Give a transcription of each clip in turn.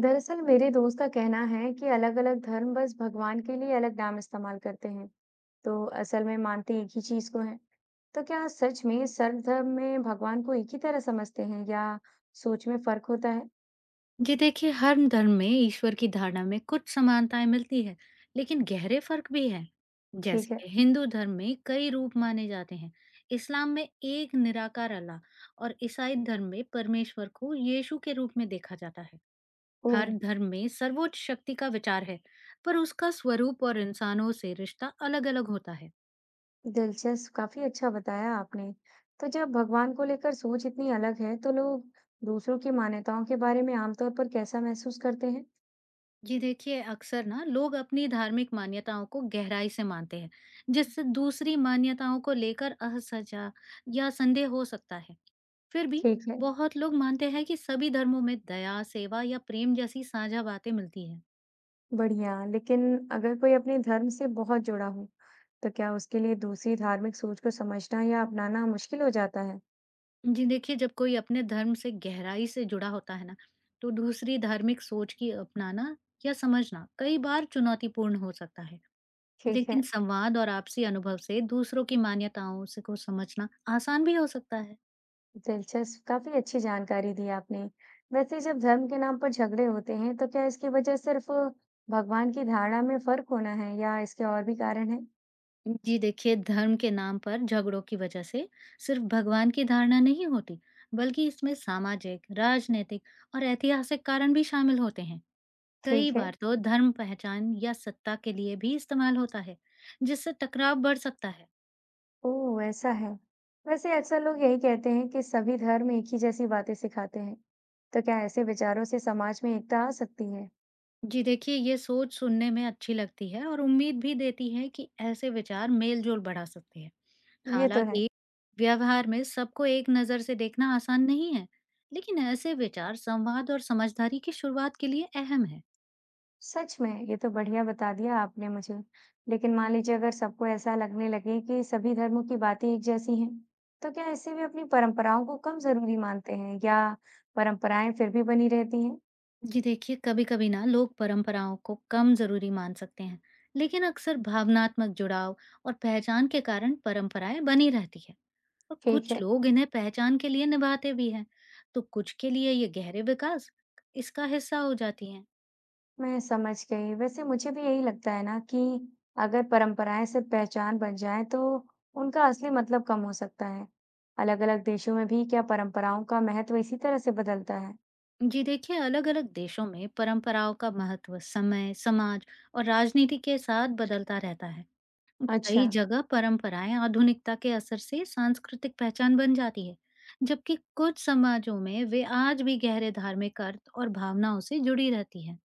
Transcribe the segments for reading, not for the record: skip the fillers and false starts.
दरअसल मेरे दोस्त का कहना है कि अलग-अलग धर्म बस भगवान के लिए अलग नाम इस्तेमाल करते हैं। तो असल में मानते एक ही चीज को है। तो क्या सच में सर्व धर्म में भगवान को एक ही तरह समझते हैं या सोच में फर्क होता है? जी देखिए, हर धर्म में ईश्वर की धारणा में कुछ समानताएं मिलती है। लेकिन गहरे फर्क भी हैं। ठीक जैसे है। कि हिंदू धर्म में कई रूप माने जाते हैं, इस्लाम में एक निराकार अल्लाह और ईसाई धर्म में परमेश्वर को यीशु के रूप में देखा जाता है। ओह, हर धर्म में सर्वोच्च शक्ति का विचार है, पर उसका स्वरूप और इंसानों से रिश्ता अलग-अलग होता है। दिलचस्प, काफी अच्छा बताया आपने। तो जब भगवान को लेकर सोच इतनी अलग है, तो लोग दूसरों की मान्यताओं के बारे में आमतौर पर कैसा महसूस करते हैं? जी देखिए, अक्सर ना लोग अपनी धार्मिक मान्यताओं को गहराई से मानते हैं, जिससे दूसरी मान्यताओं को लेकर असहजा या संदेह हो सकता है। फिर भी ठीक है। बहुत लोग मानते हैं कि सभी धर्मों में दया, सेवा या प्रेम जैसी साझा बातें मिलती हैं। बढ़िया, लेकिन अगर कोई अपने धर्म से बहुत जुड़ा हो, तो क्या उसके लिए दूसरी धार्मिक सोच को समझना या अपनाना मुश्किल हो जाता है? जी देखिए, जब कोई अपने धर्म से गहराई से जुड़ा होता है ना, तो दूसरी धार्मिक सोच की अपनाना या समझना कई बार चुनौतीपूर्ण हो सकता है। ठीक लेकिन है, संवाद और आपसी अनुभव से दूसरों की मान्यताओं से को समझना आसान भी हो सकता है। दिलचस्प, काफी अच्छी जानकारी दी आपने। वैसे जब धर्म के नाम पर झगड़े होते हैं, तो क्या इसकी वजह सिर्फ भगवान की धारणा में फर्क होना है या इसके और भी कारण हैं? जी देखिए, धर्म के नाम पर झगड़ों की वजह से सिर्फ भगवान की धारणा नहीं होती, बल्कि इसमें सामाजिक, राजनीतिक और ऐतिहासिक कारण भी शामिल होते हैं। कई ठीक है, बार तो धर्म पहचान या सत्ता के लिए भी इस्तेमाल होता है, जिससे टकराव बढ़ सकता है। ओह ऐसा है। वैसे अक्सर लोग यही कहते हैं कि सभी धर्म एक ही जैसी बातें सिखाते हैं। तो क्या ऐसे विचारों से समाज में एकता आ सकती है? जी देखिए, ये सोच सुनने में अच्छी लगती है और उम्मीद भी देती है कि ऐसे विचार मेलजोल बढ़ा सकते हैं। ये तो है। हालांकि व्यवहार में सबको एक नज़र से देखना आसान नहीं है, लेकिन ऐसे विचार संवाद और समझदारी की शुरुआत के लिए अहम है। सच में ये तो बढ़िया बता दिया आपने मुझे। लेकिन मान लीजिए, अगर सबको ऐसा लगने लगे कि सभी धर्मों की बातें एक जैसी हैं, तो क्या इससे वे अपनी परंपराओं को कम जरूरी मानते हैं या परंपराएं फिर भी बनी रहती हैं? जी देखिए, कभी-कभी ना लोग परंपराओं को कम जरूरी मान सकते हैं, लेकिन अक्सर भावनात्मक जुड़ाव और पहचान के कारण परंपराएं बनी रहती है। और ठीक कुछ है। लोग इन्हें पहचान के लिए निभाते भी हैं, तो कुछ के लिए ये गहरे विकास इसका हिस्सा हो जाती है। मैं समझ गई। वैसे मुझे भी यही लगता है ना कि अगर परंपराएं सिर्फ पहचान बन जाए, तो उनका असली मतलब कम हो सकता है। अलग अलग देशों में भी क्या परंपराओं का महत्व इसी तरह से बदलता है? जी देखिए, अलग अलग देशों में परंपराओं का महत्व समय, समाज और राजनीति के साथ बदलता रहता है। अच्छा, कई जगह परंपराएं आधुनिकता के असर से सांस्कृतिक पहचान बन जाती है, जबकि कुछ समाजों में वे आज भी गहरे धार्मिक अर्थ और भावनाओं से जुड़ी रहती है।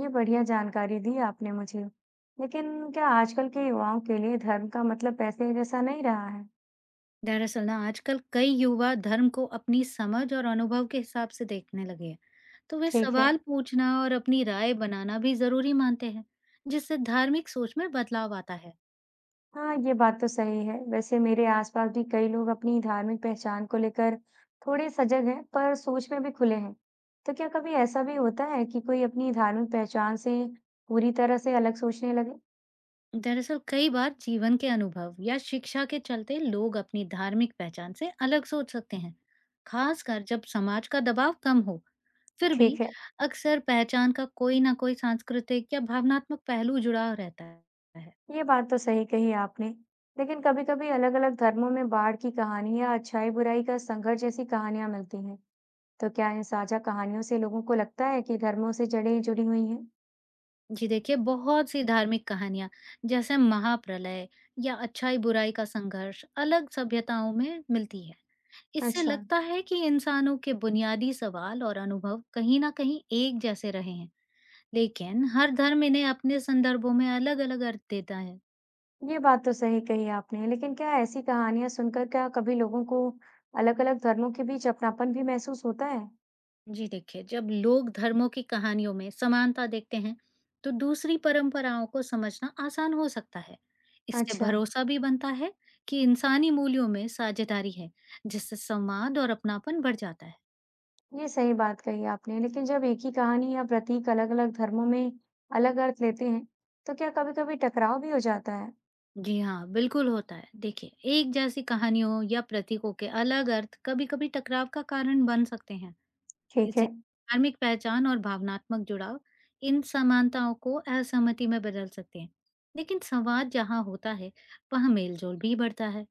ये बढ़िया जानकारी दी आपने मुझे। लेकिन क्या आजकल के युवाओं के लिए धर्म का मतलब पैसे जैसा नहीं रहा है? दरअसल ना, आजकल कई युवा धर्म को अपनी समझ और अनुभव के हिसाब से देखने लगे हैं, तो वे ठीक है। सवाल पूछना और अपनी राय बनाना भी जरूरी मानते हैं, जिससे धार्मिक सोच में बदलाव आता है। हाँ, ये बात तो सही है। वैसे मेरे आसपास भी कई लोग अपनी धार्मिक पहचान को लेकर थोड़े सजग हैं, पर सोच में भी खुले हैं। तो क्या कभी ऐसा भी होता है कि कोई अपनी धार्मिक पहचान से पूरी तरह से अलग सोचने लगे? दरअसल, कई बार जीवन के अनुभव या शिक्षा के चलते लोग अपनी धार्मिक पहचान से अलग सोच सकते हैं, खासकर जब समाज का दबाव कम हो। फिर भी ठीक है, अक्सर पहचान का कोई ना कोई सांस्कृतिक या भावनात्मक पहलू जुड़ा रहता है। ये बात तो सही कही आपने। लेकिन कभी-कभी अलग-अलग धर्मों में बाढ़ की कहानी या अच्छाई बुराई का संघर्ष जैसी कहानियां मिलती हैं। तो क्या इन साझा कहानियों से लोगों को लगता है कि धर्मों से जड़ें जुड़ी हुई हैं? जी देखिए, बहुत सी धार्मिक कहानियां जैसे महाप्रलय या अच्छाई बुराई का संघर्ष अलग सभ्यताओं में मिलती है। इससे अच्छा, लगता है कि इंसानों के बुनियादी सवाल और अनुभव कहीं ना कहीं एक जैसे रहे हैं, लेकिन हर धर्म इन्हें अपने संदर्भों में अलग-अलग अर्थ देता है। ये बात तो सही कही आपने, लेकिन क्या ऐसी कहानियां सुनकर क्या कभी लोगों को अलग-अलग धर्मों के बीच अपनापन भी महसूस होता है? जी देखिए, जब लोग धर्मों की कहानियों में समानता देखते हैं, तो दूसरी परंपराओं को समझना आसान हो सकता है। इससे अच्छा, भरोसा भी बनता है कि इंसानी मूल्यों में साझेदारी है, जिससे संवाद और अपनापन बढ़ जाता है। ये सही बात कही आपने, लेकिन जब एक ही कहानी या प्रतीक अलग-अलग धर्मों में अलग अर्थ लेते हैं, तो क्या कभी-कभी टकराव भी हो जाता है? जी हाँ, बिल्कुल होता है। देखिए, एक जैसी कहानियों या प्रतीकों के अलग अर्थ कभी-कभी टकराव का कारण बन सकते हैं। ठीक है, जी, धार्मिक पहचान और भावनात्मक जुड़ाव इन समानताओं को असहमति में बदल सकते हैं। लेकिन संवाद जहाँ होता है, वहाँ मेलजोल भी बढ़ता है।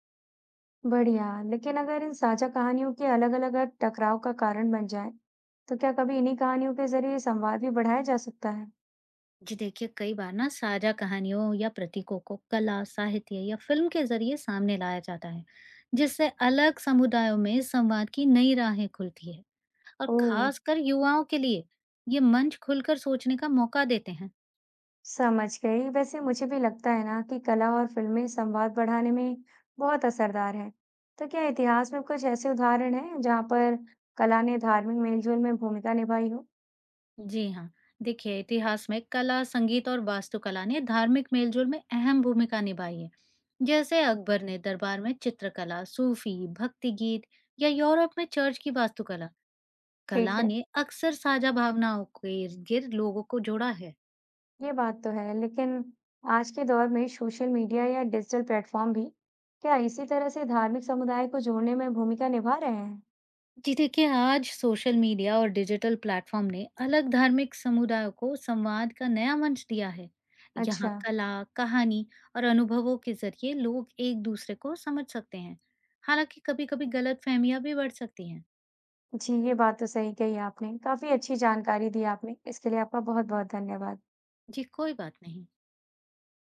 बढ़िया। लेकिन अगर इन साझा कहानियों के अलग-अलग अर्थ टकराव का कारण बन जाए, तो क्या कभी इन्हीं कहानियों के जरिए संवाद भी बढ़ाया जा सकता है? जी देखिए, कई बार ना साझा कहानियों या प्रतीकों को कला, साहित्य या फिल्म के जरिए सामने लाया जाता है, जिससे अलग समुदायों में संवाद की नई राहें खुलती है। और ओह! खासकर युवाओं के लिए ये मंच खुलकर सोचने का मौका देते हैं। समझ गई। वैसे मुझे भी लगता है ना कि कला और फिल्में संवाद बढ़ाने में बहुत असरदार हैं। तो क्या इतिहास में कुछ ऐसे उदाहरण हैं जहाँ पर कला ने धार्मिक मेलजोल में भूमिका निभाई हो? जी हाँ, देखिए, इतिहास में कला, संगीत और वास्तुकला ने धार्मिक मेलजोल में अहम भूमिका निभाई है। जैसे अकबर ने दरबार में चित्रकला, सूफी, भक्ति गीत या यूरोप में चर्च की वास्तुकला, ठीक कला है, ने अक्सर साझा भावनाओं के गिर लोगों को जोड़ा है। ये बात तो है, लेकिन आज के दौर में सोशल मीडिया या डिजिटल प्लेटफॉर्म भी क्या इसी तरह से धार्मिक समुदाय को जोड़ने में भूमिका निभा रहे हैं? जी देखिए, आज सोशल मीडिया और डिजिटल प्लेटफॉर्म ने अलग धार्मिक समुदायों को संवाद का नया मंच दिया है। यहाँ अच्छा, कला, कहानी और अनुभवों के जरिए लोग एक दूसरे को समझ सकते हैं, हालांकि कभी कभी गलत फहमियाँ भी बढ़ सकती हैं। जी, ये बात तो सही कही आपने। काफ़ी अच्छी जानकारी दी आपने। इसके लिए आपका बहुत-बहुत धन्यवाद। जी, कोई बात नहीं।